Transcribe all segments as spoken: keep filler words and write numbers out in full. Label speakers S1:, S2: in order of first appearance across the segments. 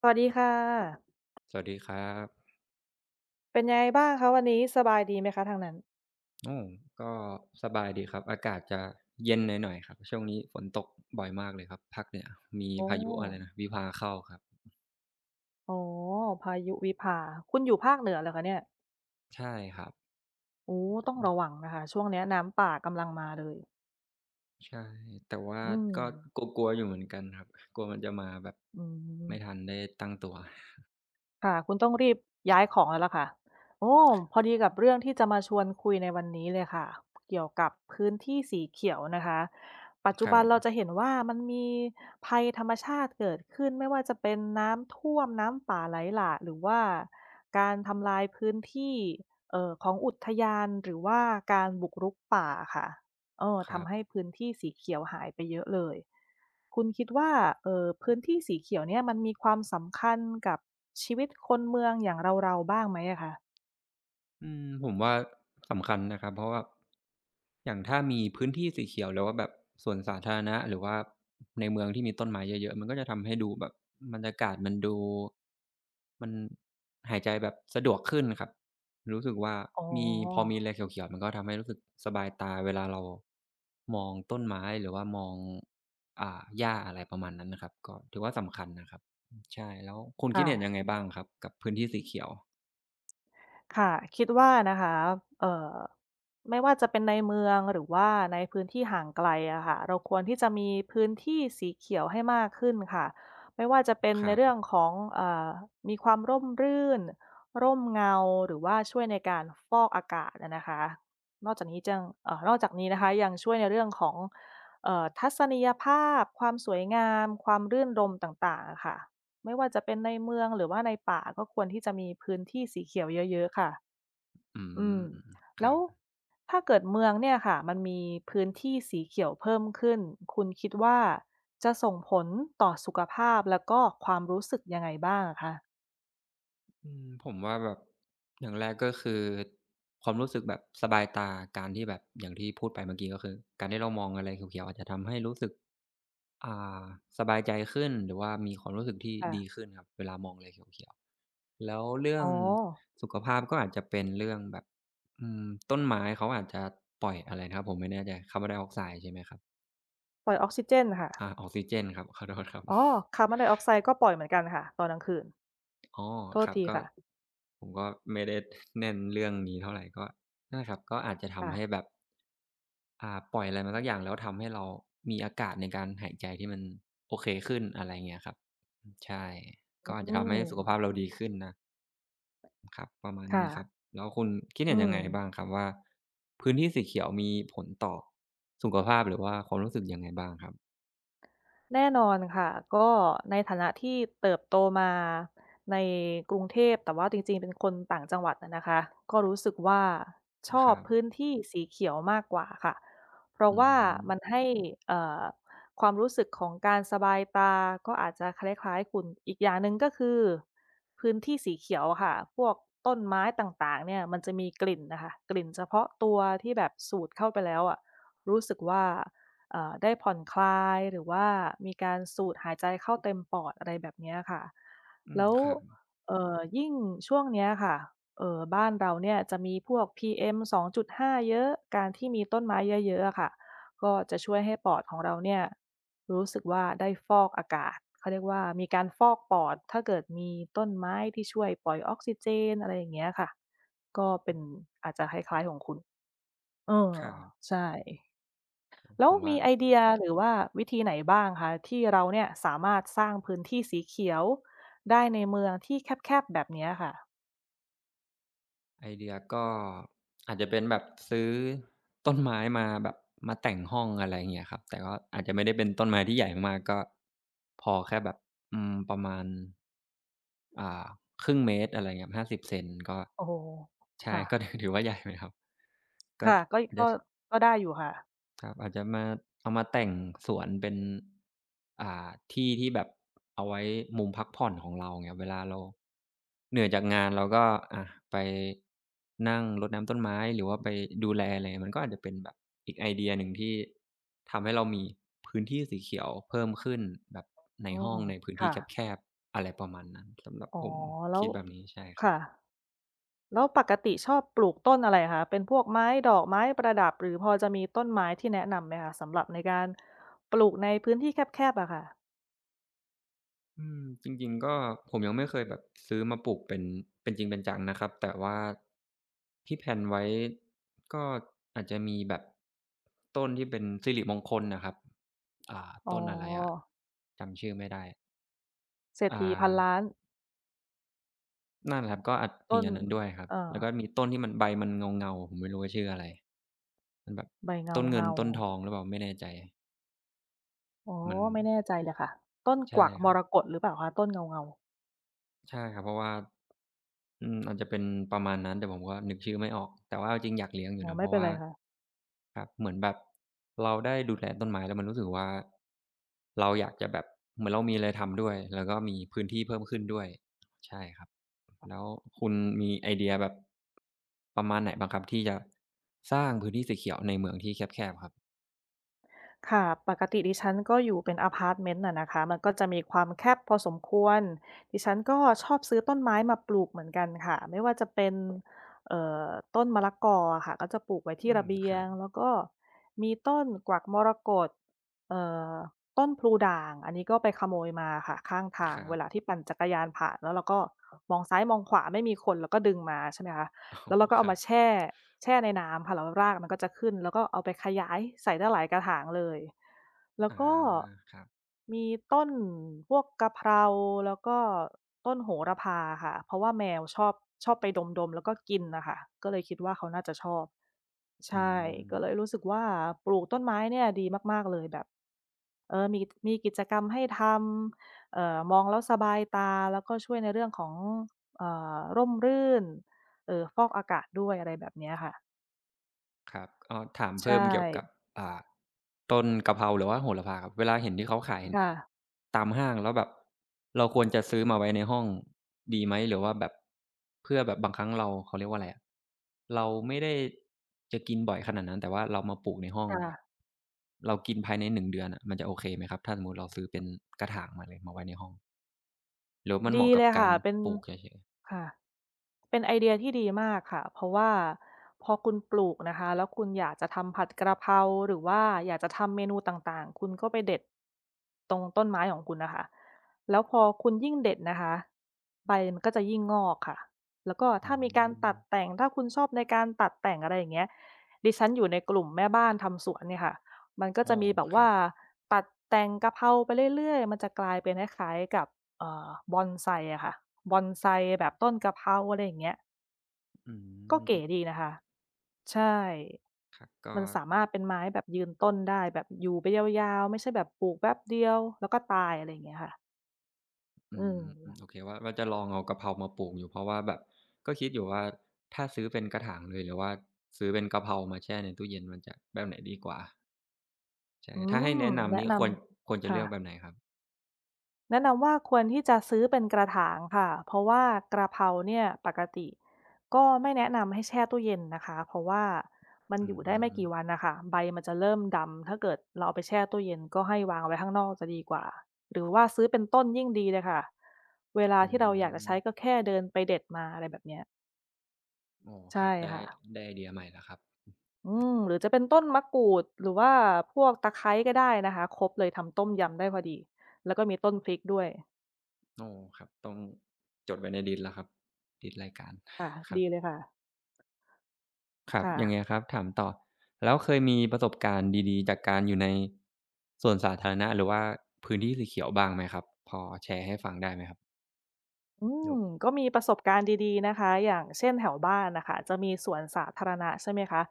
S1: สวัสดีค่ะ
S2: สวัสดีครับ
S1: เป็นยังไงบ้างคะวันนี้สบายดีไหมคะทางนั้น
S2: โอ้ก็สบายดีครับ อากาศจะเย็นหน่อยๆครับ ช่วงนี้ฝนตกบ่อยมากเลยครับภาคเหนือมี
S1: โอ้
S2: พายุอะไรนะวิภาเข้าครับ
S1: อ๋อพายุวิภา คุณอยู่ภาคเหนือเหรอคะเนี่ย
S2: ใช่ครับ
S1: โอ้ ต้องระวังนะคะช่วงเนี้ยน้ำป่ากำลังมาเลย
S2: ใช่แต่ว่า
S1: อืม
S2: ก็กลัวๆอยู่เหมือนกันครับ กลัวมันจะมาแบบ
S1: อื
S2: ไม่ทัน
S1: ม
S2: ได้ตั้งตัว
S1: ค่ะคุณต้องรีบย้ายของแล้วล่ะค่ะโอ้พอดีกับเรื่องที่จะมาชวนคุยในวันนี้เลยค่ะเกี่ยวกับพื้นที่สีเขียวนะคะปัจ
S2: ค
S1: จุ
S2: รั
S1: บันเรา
S2: บ
S1: จะเห็นว่ามันมีภัยธรรมชาติเกิดขึ้นไม่ว่าจะเป็นน้ำท่วมน้ำป่าไหลหลากหรือว่าการทำลายพื้นที่เอ่อของอุทยานหรือว่าการบุกรุกป่าค่ะเออ
S2: ครับ
S1: ทำให้พื้นที่สีเขียวหายไปเยอะเลย คุณคิดว่าเอ่อพื้นที่สีเขียวเนี่ยมันมีความสำคัญกับชีวิตคนเมืองอย่างเราๆบ้างไหมอะคะ
S2: อืมผมว่าสำคัญนะครับเพราะว่าอย่างถ้ามีพื้นที่สีเขียวหรือว่าแบบสวนสาธารณะหรือว่าในเมืองที่มีต้นไม้เยอะๆมันก็จะทำให้ดูแบบบรรยากาศมันดูมันหายใจแบบสะดวกขึ้นครับรู้สึกว่า
S1: อ๋
S2: มีพอ
S1: อ
S2: มีอะไรเขียวๆมันก็ทำให้รู้สึกสบายตาเวลาเรามองต้นไม้หรือว่ามองอ่าหญ้าอะไรประมาณนั้นนะครับก็ถือว่าสำคัญนะครับใช่แล้วคุณคิด
S1: ค่ะ
S2: เห็นยังไงบ้างครับกับพื้นที่สีเขียว
S1: ค่ะคิดว่านะคะเอ่อไม่ว่าจะเป็นในเมืองหรือว่าในพื้นที่ห่างไกลอะค่ะเราควรที่จะมีพื้นที่สีเขียวให้มากขึ้นค่ะไม่ว่าจะเป็น
S2: ค
S1: ใน
S2: รับ
S1: เรื่องของเอ่อมีความร่มรื่นร่มเงาหรือว่าช่วยในการฟอกอากาศอะนะคะนอกจากนี้จังเอ่อนอกจากนี้นะคะยังช่วยในเรื่องของเอ่อทัศนียภาพความสวยงามความรื่นรมย์ต่างๆอะค่ะ ไม่ว่าจะเป็นในเมืองหรือว่าในป่าก็ควรที่จะมีพื้นที่สีเขียวเยอะๆค่ะ
S2: อื
S1: อืม
S2: มค
S1: แล้
S2: รั
S1: ว
S2: บ
S1: ถ้าเกิดเมืองเนี่ยค่ะมันมีพื้นที่สีเขียวเพิ่มขึ้นคุณคิดว่าจะส่งผลต่อสุขภาพแล้วก็ความรู้สึกยังไงบ้างอะคะ
S2: อืมผมว่าแบบอย่างแรกก็คือความรู้สึกแบบสบายตาการที่แบบอย่างที่พูดไปเมื่อกี้ก็คือ การที่เรามองอะไรเขียวๆอาจจะทำให้รู้สึกอ่าสบายใจขึ้นหรือว่ามีความรู้สึกที่
S1: ค่ะ
S2: ดีขึ้นครับเวลามองอะไรเขียวๆแล้วเรื่อง
S1: อ๋อ
S2: สุขภาพก็อาจจะเป็นเรื่องแบบอืมต้นไม้เขาอาจจะปล่อยอะไรนะครับผมไม่แน่ใจคาร์บอนไดออกไซด์ใช่ไหมครับ
S1: ปล่อยออกซิเจนค่ะ
S2: อาออกซิเจนครับ ขอโทษครับ
S1: อ๋อคาร์บอนไดออกไซด์ก็ปล่อยเหมือนกันค่ะตอนกลางคืน
S2: อ๋อ
S1: โท
S2: ค
S1: ษ
S2: รับ
S1: ที
S2: ก็
S1: ค่ะ
S2: ผมก็ไม่ได้แน่นเรื่องนี้เท่าไรก็นั่นแหละครับก็อาจจะ
S1: ค่ะ
S2: ทำให้แบบอ่าปล่อยอะไรมาสักอย่างแล้วทำให้เรามีอากาศในการหายใจที่มันโอเคขึ้นอะไรเงี้ยครับอืมใช่ก็
S1: อื
S2: อาจจะทำ
S1: ม
S2: ให้สุขภาพเราดีขึ้นนะครับประมาณนี้
S1: ค่ะ
S2: ครับแล้วคุณคิด
S1: อื
S2: เห็นยัง
S1: ม
S2: ไงบ้างครับว่าพื้นที่สีเขียวมีผลต่อสุขภาพหรือว่าความรู้สึกยังไงบ้างครับ
S1: แน่นอนค่ะก็ในฐานะที่เติบโตมาในกรุงเทพแต่ว่าจริงๆเป็นคนต่างจังหวัดอะนะคะก็รู้สึกว่าช
S2: ค
S1: อบ
S2: รับ
S1: พื้นที่สีเขียวมากกว่าค่ะเพราะ
S2: อื
S1: ว่ามัน
S2: ม
S1: ให้เอ่อความรู้สึกของการสบายตาก็อาจจะคล้ายๆคุณอีกอย่างหนึ่งก็คือพื้นที่สีเขียวอะค่ะพวกต้นไม้ต่างๆเนี่ยมันจะมีกลิ่นน่ะค่ะกลิ่นเฉพาะตัวที่แบบสูดเข้าไปแล้วอะรู้สึกว่า เอ่อได้ผ่อนคลายหรือว่ามีการสูดหายใจเข้าเต็มปอดอะไรแบบเนี้ยค่ะ
S2: อืม
S1: แล้ว
S2: ครับ
S1: เอ่อยิ่งช่วงเนี้ยค่ะเอ่อบ้านเราเนี่ยจะมีพวก พี เอ็ม สองจุดห้าเยอะการที่มีต้นไม้เยอะๆอะค่ะก็จะช่วยให้ปอดของเราเนี่ยรู้สึกว่าได้ฟอกอากาศเขาเรียกว่ามีการฟอกปอดถ้าเกิดมีต้นไม้ที่ช่วยปล่อยออกซิเจนอะไรอย่างเงี้ยค่ะก็เป็นอาจจะคล้ายๆของคุณเออ
S2: ครับ
S1: ใช่ แล้
S2: ผ
S1: ว
S2: มว่า
S1: มีไอเดียหรือว่าวิธีไหนบ้างคะที่เราเนี่ยสามารถสร้างพื้นที่สีเขียวได้ในเมืองที่แคบๆแบบเนี้ยค่ะ
S2: ไอเดียก็อาจจะเป็นแบบซื้อต้นไม้มาแบบมาแต่งห้องอะไรอย่างเงี้ยครับแต่ก็อาจจะไม่ได้เป็นต้นไม้ที่ใหญ่มากๆก็พอแค่แบบอืมประมาณอ่าครึ่งเมตรอะไรเงี้ยห้าสิบเซนก็
S1: โอ้โฮ
S2: ใช่
S1: ค่ะ
S2: ก็ถือถือว่าใหญ่ไหมครับก็
S1: ค่ะก็
S2: จะ
S1: ก็ก็ได้อยู่ค่ะ
S2: ครับอาจจะมาเอามาแต่งสวนเป็นอ่าที่ที่แบบเอาไว้มุมพักผ่อนของเราเงี้ยเวลาเรา เหนื่อยจากงานเราก็อ่าไปนั่งรดน้ำต้นไม้หรือว่าไปดูแลอะไรมันก็อาจจะเป็นแบบอีกไอเดียหนึ่งที่ทำให้เรามีพื้นที่สีเขียวเพิ่มขึ้นแบบใน
S1: อื
S2: ห้อ
S1: ม
S2: งในพื้นที่
S1: ค่ะ
S2: แคบๆอะไรประมาณนั้นสำหรับ
S1: อ๋อ
S2: ผม
S1: แล้
S2: คิ
S1: ว
S2: ดแบบนี้ใช่ครับ
S1: ค่ะแล้วปกติชอบปลูกต้นอะไรคะเป็นพวกไม้ดอกไม้ประดับหรือพอจะมีต้นไม้ที่แนะนำไหมคะสำหรับในการปลูกในพื้นที่แคบๆอะค่ะ
S2: อืมจริงๆก็ผมยังไม่เคยแบบซื้อมาปลูกเป็นเป็นจริงเป็นจังนะครับแต่ว่าที่แพลนไว้ก็อาจจะมีแบบต้นที่เป็นสิริมงคลน่ะครับ อ่า
S1: อ๋อ
S2: ต้นอะไรอะจำชื่อไม่ได้
S1: เศรษ
S2: อ่
S1: ฐีพั
S2: า
S1: นล้าน
S2: นั่นแหละครับก็อาจมี
S1: ต้น
S2: อันนั้นด้วยครับ
S1: เอ่อ
S2: แล้วก็มีต้นที่มันใบมันเงาๆผมไม่รู้ว่าชื่ออะไร มันแบบ
S1: ใบเงา
S2: ต้นเงิน
S1: เงา
S2: ต้นทองหรือเปล่าไม่แน่ใจ
S1: อ๋อ
S2: มัน
S1: ไม่แน่ใจเลยค่ะต้นก
S2: ใช่
S1: วัก
S2: ค
S1: ม
S2: รับ
S1: รกตหรือเปล่าคะต้นเงา
S2: ใช่ครับเพราะว่า อืมอาจจะเป็นประมาณนั้นแต่ผมก็นึกชื่อไม่ออกแต่ว่าเอาจริงอยากเลี้ยงอ
S1: ๆ
S2: ยู่
S1: อ๋อ
S2: นะเพ
S1: ไม่
S2: ราะ
S1: เป็น
S2: ว่า
S1: ไรค่ะ
S2: ครับเหมือนแบบเราได้ดูแลต้นไม้แล้วมันรู้สึกว่าเราอยากจะแบบเหมือนเรามีอะไรทำด้วยแล้วก็มีพื้นที่เพิ่มขึ้นด้วยใช่ครับแล้วคุณมีไอเดียแบบประมาณไหนบ้างครับที่จะสร้างพื้นที่สีเขียวในเมืองที่แคบๆครับ
S1: ค่ะปกติดิฉันก็อยู่เป็นอาพาร์ตเมนต์อะนะคะมันก็จะมีความแคบพอสมควรดิฉันก็ชอบซื้อต้นไม้มาปลูกเหมือนกันค่ะไม่ว่าจะเป็นเอ่อต้นมะละกออะค่ะก็จะปลูกไว้ที่
S2: อื
S1: ระ
S2: ม
S1: เบี
S2: ค
S1: ย
S2: รับ
S1: งแล้วก็มีต้นกวักมรกตเอ่อต้นพลูด่างอันนี้ก็ไปขโมยมาค่ะข้างทา
S2: ค
S1: ง
S2: รั
S1: เว
S2: บ
S1: ลาที่ปั่นจักรยานผ่านแล้วเราก็มองซ้ายมองขวาไม่มีคนเราก็ดึงมาใช่ไหมคะ
S2: โอ๋
S1: แล้วเราก็
S2: ค
S1: เอา
S2: รับ
S1: มาแช่แช่ในน้ำค่ะแล้วรากมันก็จะขึ้นแล้วก็เอาไปขยายใส่ได้หลายกระถางเลยแล้ว
S2: อา
S1: ก็
S2: ครับ
S1: มีต้นพวกกะเพราแล้วก็ต้นโหระพาค่ะเพราะว่าแมวชอบชอบไปดมๆแล้วก็กินน่ะค่ะก็เลยคิดว่าเขาน่าจะชอบ
S2: อื
S1: ใช่
S2: ม
S1: ก็เลยรู้สึกว่าปลูกต้นไม้เนี่ยดีมากๆเลยแบบเออมีมีกิจกรรมให้ทำเอ่อมองแล้วสบายตาแล้วก็ช่วยในเรื่องของเอ่อร่มรื่น เอ่อฟอกอากาศด้วยอะไรแบบเนี้ยค่ะ
S2: ครับอ้ถาม
S1: ใช่
S2: เพิ่มเกี่ยวกับอ่าต้นกะเพราหรือว่าโหระพาครับเวลาเห็นที่เขาขาย
S1: ค่ะ
S2: ตามห้างแล้วแบบเราควรจะซื้อมาไว้ในห้องดีไหมหรือว่าแบบเพื่อแบบบางครั้งเราเขาเรียกว่าอะไรอะเราไม่ได้จะกินบ่อยขนาดนั้นแต่ว่าเรามาปลูกในห้องแบบ
S1: ค่ะ
S2: เรากินภายในหนึ่งเดือนอะมันจะโอเคไหมครับถ้าสมมุติเราซื้อเป็นกระถางมาเลยมาไว้ในห้องหรือว่ามันเห
S1: ดี
S2: มาะกั
S1: เล
S2: บ
S1: ย
S2: การ
S1: ค่ะเป็น
S2: ปลูกเฉย
S1: ค่ะเป็นไอเดียที่ดีมากค่ะเพราะว่าพอคุณปลูกนะคะแล้วคุณอยากจะทำผัดกะเพราหรือว่าอยากจะทำเมนูต่างๆคุณก็ไปเด็ดตรงต้นไม้ของคุณน่ะค่ะแล้วพอคุณยิ่งเด็ดนะคะใบมันก็จะยิ่งงอกค่ะแล้วก็
S2: ๆอื
S1: ถ้ามีการ
S2: ม
S1: ตัดแต่งถ้าคุณชอบในการตัดแต่งอะไรอย่างเงี้ยดิฉันอยู่ในกลุ่มแม่บ้านทำสวนเนี่ยค่ะมันก็จะ
S2: โอ้
S1: มีแบบ
S2: ครั
S1: ว่า
S2: บ
S1: ตัดแต่งกะเพราไปเรื่อยๆมันจะกลายเป็นคล้ายๆกับ เอ่อบอนไซอะค่ะบอนไซแบบต้นกะเพราอะไรอย่างเงี้ย
S2: อืม
S1: ก็
S2: จ
S1: เก๋
S2: ริง
S1: ดีนะคะใช่
S2: ครับก็
S1: มันสามารถเป็นไม้แบบยืนต้นได้แบบอยู่ไปยาวๆไม่ใช่แบบปลูกแป๊บเดียวแล้วก็ตายอะไรอย่างเงี้ยค่ะ
S2: อื
S1: อืม
S2: มโอเคว่าว่าจะลองเอากะเพรามาปลูกอยู่เพราะว่าแบบก็คิดอยู่ว่าถ้าซื้อเป็นกระถางเลยหรือว่าซื้อเป็นกะเพรามาแช่ในตู้เย็นมันจะแบบไหนดีกว่าใช่
S1: อื
S2: ถ้าให้
S1: ม
S2: แนะนำ
S1: แนะ
S2: นี่
S1: น
S2: ควรควร
S1: ำ
S2: จะเลื
S1: ค่ะ
S2: อกแบบไหนครับ
S1: แนะนำว่าควรที่จะซื้อเป็นกระถางค่ะเพราะว่ากระเพราเนี่ยปกติก็ไม่แนะนำให้แช่ตู้เย็นนะคะเพราะว่ามัน
S2: อื
S1: อยู่ได้ไม่
S2: ม
S1: กี่วันนะคะใบมันจะเริ่มดำถ้าเกิดเราเอาไปแช่ตู้เย็นก็ให้วางไว้ข้างนอกจะดีกว่าหรือว่าซื้อเป็นต้นยิ่งดีเลยค่ะเวลา
S2: อื
S1: ที่เราอยากจะ
S2: ม
S1: ใช้ก็แค่เดินไปเด็ดมาอะไรแบบเนี้ย
S2: อ๋อครั
S1: ใช่
S2: บได้
S1: ค่ะ
S2: ได้ไอเดียใหม่แล้วครับ
S1: อืมหรือจะเป็นต้นมะกรูดหรือว่าพวกตะไคร้ก็ได้นะคะครบเลยทำต้มยำได้พอดีแล้วก็มีต้นพริกด้วย
S2: อ๋อครับต้องจดไว้ในลิสต์แล้วครับลิสต์รายการ
S1: ค่ะ
S2: ครับ
S1: ดีเลยค่ะ
S2: ครับ
S1: ค่ะ
S2: อย่างเงี้ยครับถามต่อแล้วเคยมีประสบการณ์ดีๆจากการอยู่ในสวนสาธารณะหรือว่าพื้นที่สีเขียวบ้างไหมครับพอแชร์ให้ฟังได้ไหมครับ
S1: อื
S2: โอ้
S1: มก็มีประสบการณ์ดีๆนะคะอย่างเช่นแถวบ้านนะคะจะมีสวนสาธารณะใช่ไหมคะ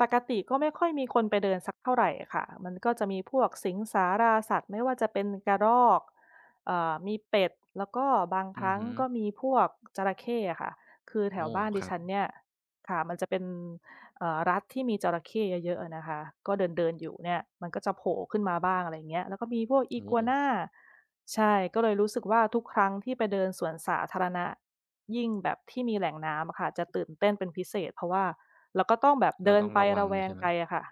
S1: ปกติก็ไม่ค่อยมีคนไปเดินสักเท่าไหรค่ะมันก็จะมีพวกสิงสาราสัตว์ไม่ว่าจะเป็นกระรอกเอ่อมีเป็ด แล้วก็บางค
S2: อือ
S1: รั้ง
S2: ฮึ
S1: ก็มีพวกจระเข้ค่ะคือแถว
S2: โอ้
S1: บ้าน
S2: ค
S1: ดิ
S2: รับ
S1: ฉันเนี่ยค่ะมันจะเป็นเอ่อรัฐที่มีจระเข้เยอะๆนะคะก็เดินๆอยู่เนี่ยมันก็จะโผล่ขึ้นมาบ้างอะไรอย่างเงี้ยแล้วก็มีพวกอี
S2: โอ้
S1: กัวน่า ใช่ก็เลยรู้สึกว่าทุกครั้งที่ไปเดินสวนสาธารณะยิ่งแบบที่มีแหล่งน้ำอะค่ะจะตื่นเต้นเป็นพิเศษเพราะว่าเราก็ต้องแบบ
S2: เรา
S1: เดิน
S2: ต้อง
S1: ไป
S2: ระวัง
S1: ระแวง
S2: ใช่ไหม
S1: ไปอะค่ะ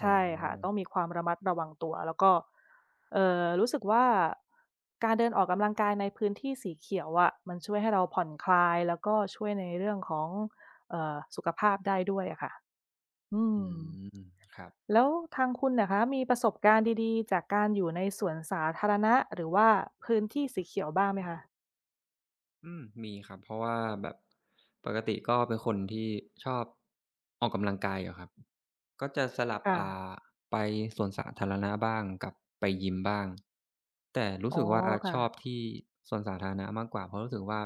S2: อ๋อ
S1: ช่ค่ะต้องมีความระมัดระวังตัวแล้วก็เอ่อรู้สึกว่าการเดินออกกำลังกายในพื้นที่สีเขียวอะมันช่วยให้เราผ่อนคลายแล้วก็ช่วยในเรื่องของเอ่อสุขภาพได้ด้วยอะค่ะอื
S2: อื
S1: ม
S2: มครับ
S1: แล้วทางคุณน่ะคะมีประสบการณ์ดีๆ จากการอยู่ในสวนสาธารณะหรือว่าพื้นที่สีเขียวบ้างไหมคะ
S2: อืมมีครับเพราะว่าแบบปกติก็เป็นคนที่ชอบออกกำลังกายอยู่ครับ ก็จะสลับ
S1: ค่ะ
S2: อ่าไปสวนสาธารณะบ้างกับไปยิมบ้าง แต่รู้
S1: อ๋อ
S2: สึกว่าช
S1: ค่ะ
S2: อบที่สวนสาธารณะมากกว่าเพราะรู้สึกว่า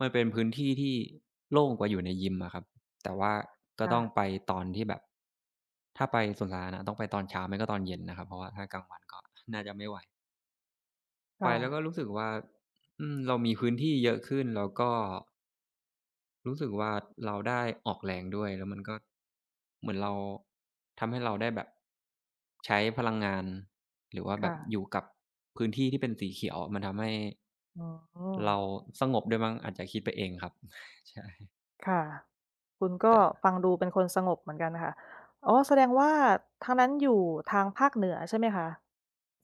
S2: มันเป็นพื้นที่ที่โล่งกว่าอยู่ในยิมอะครับแต่ว่าก็
S1: ค่ะ
S2: ต้องไปตอนที่แบบถ้าไปสวนสาธารณะต้องไปตอนเช้าไม่ก็ตอนเย็นนะครับ เพราะว่าถ้ากลางวันก็น่าจะไม่ไหว ไปแล้วก็
S1: ค่ะ
S2: รู้สึกว่าอืมเรามีพื้นที่เยอะขึ้นแล้วก็ รู้สึกว่าเราได้ออกแรงด้วยแล้วมันก็เหมือนเราทำให้เราได้แบบใช้พลังงานหรือว่าแบบ
S1: ค่ะ
S2: อยู่กับพื้นที่ที่เป็นสีเขียวมันทำให้
S1: อืม
S2: เราสงบด้วยมั้งอาจจะคิดไปเองครับ ใช่
S1: ค่ะคุณก็
S2: แต่
S1: ฟังดูเป็นคนสงบเหมือนกันค่ะอ๋อแสดงว่าทางนั้นอยู่ทางภาคเหนือใช่ไหมคะ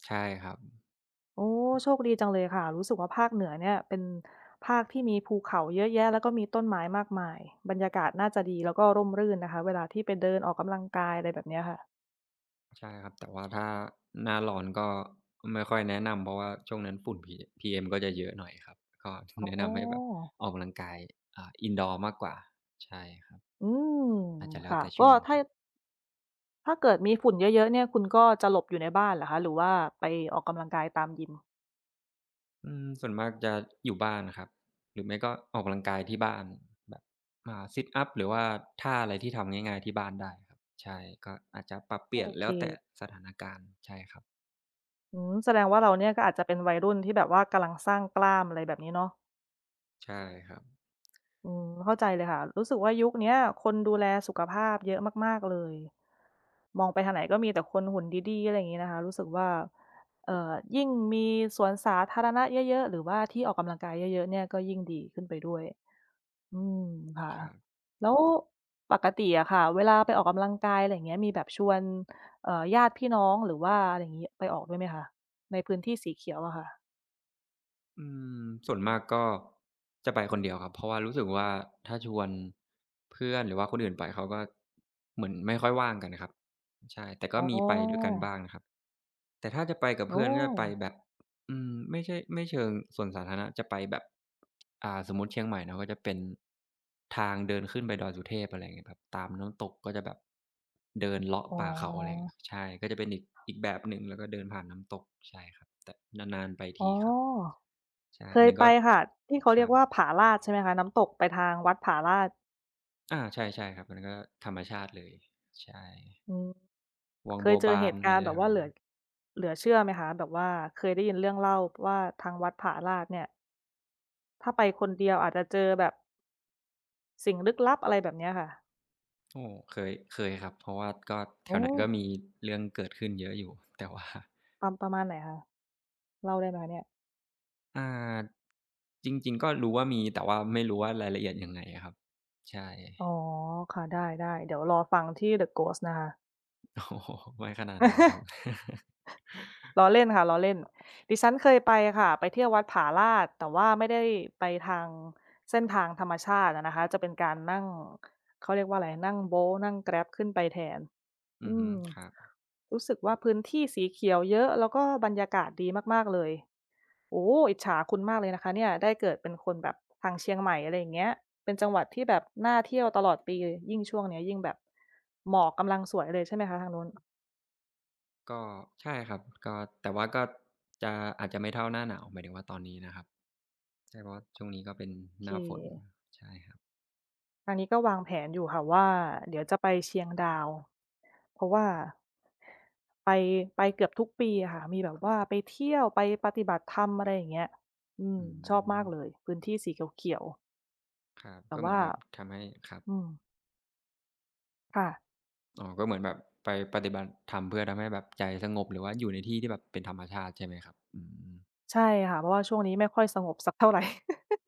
S2: ใช่ครับ
S1: โอ้โชคดีจังเลยค่ะรู้สึกว่าภาคเหนือเนี่ยเป็นภาคที่มีภูเขาเยอะแยะแล้วก็มีต้นไม้มากมายบรรยากาศน่าจะดีแล้วก็ร่มรื่นนะคะเวลาที่ไปเดินออกกำลังกายอะไรแบบเนี้ยค่ะ
S2: ใช่ครับแต่ว่าถ้าหน้าร้อนก็ไม่ค่อยแนะนำเพราะว่าช่วงนั้นฝุ่น P พี เอ็ม ก็จะเยอะหน่อยครับก็
S1: อ๋อ
S2: แนะนำให้แบบออกกำลังกายอ่า indoor มากกว่าใช่ครับ
S1: อืม
S2: อาจจะแล้ว
S1: ค่ะ
S2: แต่ช่
S1: ก็
S2: วงค
S1: ถ้า
S2: รับ
S1: ถ้าเกิดมีฝุ่นเยอะๆเนี่ยคุณก็จะหลบอยู่ในบ้านเหรอคะหรือว่าไปออกกำลังกายตามยิม
S2: อืมส่วนมากจะอยู่บ้านครับหรือไม่ก็ออกกำลังกายที่บ้านแบบอ่าซิตอัปหรือว่าท่าอะไรที่ทำง่ายๆที่บ้านได้ครับใช่ก็อาจจะปรับเป
S1: โอ
S2: ลี่ยน
S1: เค
S2: แล้วแต่สถานการณ์ใช่ครับ
S1: อืมแสดงว่าเราเนี่ยก็อาจจะเป็นวัยรุ่นที่แบบว่ากำลังสร้างกล้ามอะไรแบบนี้เนาะ
S2: ใช่ครับ
S1: อืมเข้าใจเลยค่ะรู้สึกว่ายุคเนี้ยคนดูแลสุขภาพเยอะมากๆเลย มองไปทางไหนก็มีแต่คนหุ่นดีๆอะไรอย่างงี้นะคะรู้สึกว่าเอ่อยิ่งมีสวนสาธารณะเยอะๆหรือว่าที่ออกกำลังกายเยอะๆเนี่ยก็ยิ่งดีขึ้นไปด้วย อืมค่ะ
S2: ครับ
S1: แล้วปกติอะค่ะเวลาไปออกกำลังกายอะไรอย่างเงี้ยมีแบบชวนเอ่อญาติพี่น้องหรือว่าอะไรอย่างงี้ไปออกด้วยไหมคะในพื้นที่สีเขียวอะค่ะ
S2: อืมส่วนมากก็จะไปคนเดียวครับเพราะว่ารู้สึกว่าถ้าชวนเพื่อนหรือว่าคนอื่นไปเขาก็เหมือนไม่ค่อยว่างกันครับใช่แต่ก็
S1: อ๋
S2: มีไปด้วยกัน
S1: อ
S2: บ้างนะครับแต่ถ้าจะไปกับ
S1: โอ้
S2: เพื่อนก็จะไปแบบอืมไม่ใช่ไม่เชิงสวนสาธารณะจะไปแบบอ่าสมมุติเชียงใหม่เนาะก็จะเป็นทางเดินขึ้นไปดอยสุเทพอะไรอย่างเงี้ยครับตามน้ำตกก็จะแบบเดินเลาะ
S1: อ๋อ
S2: ป่าเขาอะไรอย่างเงี้ยใช่ก็จะเป็นอีกอีกแบบหนึ่งแล้วก็เดินผ่านน้ำตกใช่ครับแต่นานๆไป
S1: อ๋อ
S2: ทีครับ ใช่
S1: เค
S2: อัน
S1: ย
S2: นั้น
S1: ไป
S2: ก็
S1: ค่ะที่เขา
S2: ค
S1: เรี
S2: รั
S1: ยก
S2: บ
S1: ว่าผาลาดใช่ไหมคะน้ำตกไปทางวัดผาลาด
S2: อาใช่ๆครับอันนั้นก็ธรรมชาติเลยใช่
S1: อืม
S2: วัง
S1: เคย
S2: บัว
S1: เจอ
S2: บา
S1: เห
S2: น
S1: ตุ
S2: อะ
S1: การ
S2: ไร
S1: ณ์แบบ
S2: แถวๆ
S1: ว่าเห
S2: นั้
S1: ลื
S2: น
S1: อเหลือเชื่อไหมคะแบบว่าเคยได้ยินเรื่องเล่าว่าทางวัดผาลาดเนี่ยถ้าไปคนเดียวอาจจะเจอแบบสิ่งลึกลับอะไรแบบเนี้ยค่ะ
S2: โอ้เคยเคยครับเพราะว่าก็แถว
S1: โอ้
S2: นั้นก็มีเรื่องเกิดขึ้นเยอะอยู่ แต่ว่า
S1: ประประมาณไหนคะเล่าได้ไหมคะเนี่ย
S2: อ่าจริงๆก็รู้ว่ามีแต่ว่าไม่รู้ว่ารายละเอียดยังไงอะครับใช่
S1: อ๋อค่ะได้ๆเดี๋ยวรอฟังที่ เดอะ โกสต์ นะคะ
S2: โอ้โฮไม่ขนาดนั้นครับ
S1: ล้อเล่นค่ะล้อเล่นดิฉันเคยไปค่ะ ไปเที่ยววัดผาลาด แต่ว่าไม่ได้ไปทางเส้นทางธรรมชาติอะนะคะ จะเป็นการนั่ง เขาเรียกว่าอะไร นั่ง โบลต์ นั่ง แกร็บ ขึ้นไปแทน
S2: อือ
S1: อื
S2: ฮึ
S1: ม
S2: ครับ
S1: รู้สึกว่าพื้นที่สีเขียวเยอะ แล้วก็บรรยากาศดีมากๆเลย โอ้โฮอิจฉาคุณมากเลยนะคะเนี่ยได้เกิดเป็นคนแบบทางเชียงใหม่อะไรอย่างเงี้ยเป็นจังหวัดที่แบบน่าเที่ยวตลอดปียิ่งช่วงเนี้ยยิ่งแบบหมอกกำลังสวยเลยใช่ไหมคะทางนู้น
S2: ก็ใช่ครับก็แต่ว่าก็จะอาจจะไม่เท่าหน้าหนาวหมายถึงว่าตอนนี้นะครับใช่เพราะว่าช่วงนี้ก็เป็น
S1: โอ
S2: ห
S1: เค
S2: น้าฝน ใช่ครับ
S1: ทางนี้ก็วางแผนอยู่ค่ะว่าเดี๋ยวจะไปเชียงดาวเพราะว่าไปไปเกือบทุกปีอะค่ะมีแบบว่าไปเที่ยวไปปฏิบัติธรรมอะไรอย่างเงี้ยอืม
S2: อื
S1: ชอบมากเล
S2: ม
S1: ยพื้นที่สีเขียว
S2: ครับ
S1: ๆแต่
S2: ก็เหมือ
S1: ว่า
S2: นแบบทำให้ครับ
S1: อืมค่ะ
S2: อ๋อก็เหมือนแบบไปปฏิบัติธรรมเพื่อทำให้แบบใจสงบหรือว่าอยู่ในที่ที่แบบเป็นธรรมชาติใช่ไหมครับอืม
S1: ใช่ค่ะเพราะว่าช่วงนี้ไม่ค่อยสงบสักเท่าไร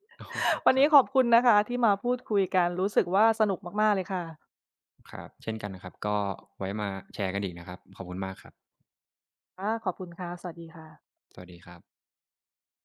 S2: โอ้โฮ
S1: วัน
S2: ครั
S1: นี้
S2: บ
S1: ขอบคุณนะคะที่มาพูดคุยกันรู้สึกว่าสนุกมากๆเลยค่ะ
S2: ครับเช่นกันนะครับก็ไว้มาแชร์กันอีกนะครับ ขอบคุณมากครับ
S1: ค่ะ ขอบคุณค่ะ สวัสดีค่ะ
S2: สวัสดีครับ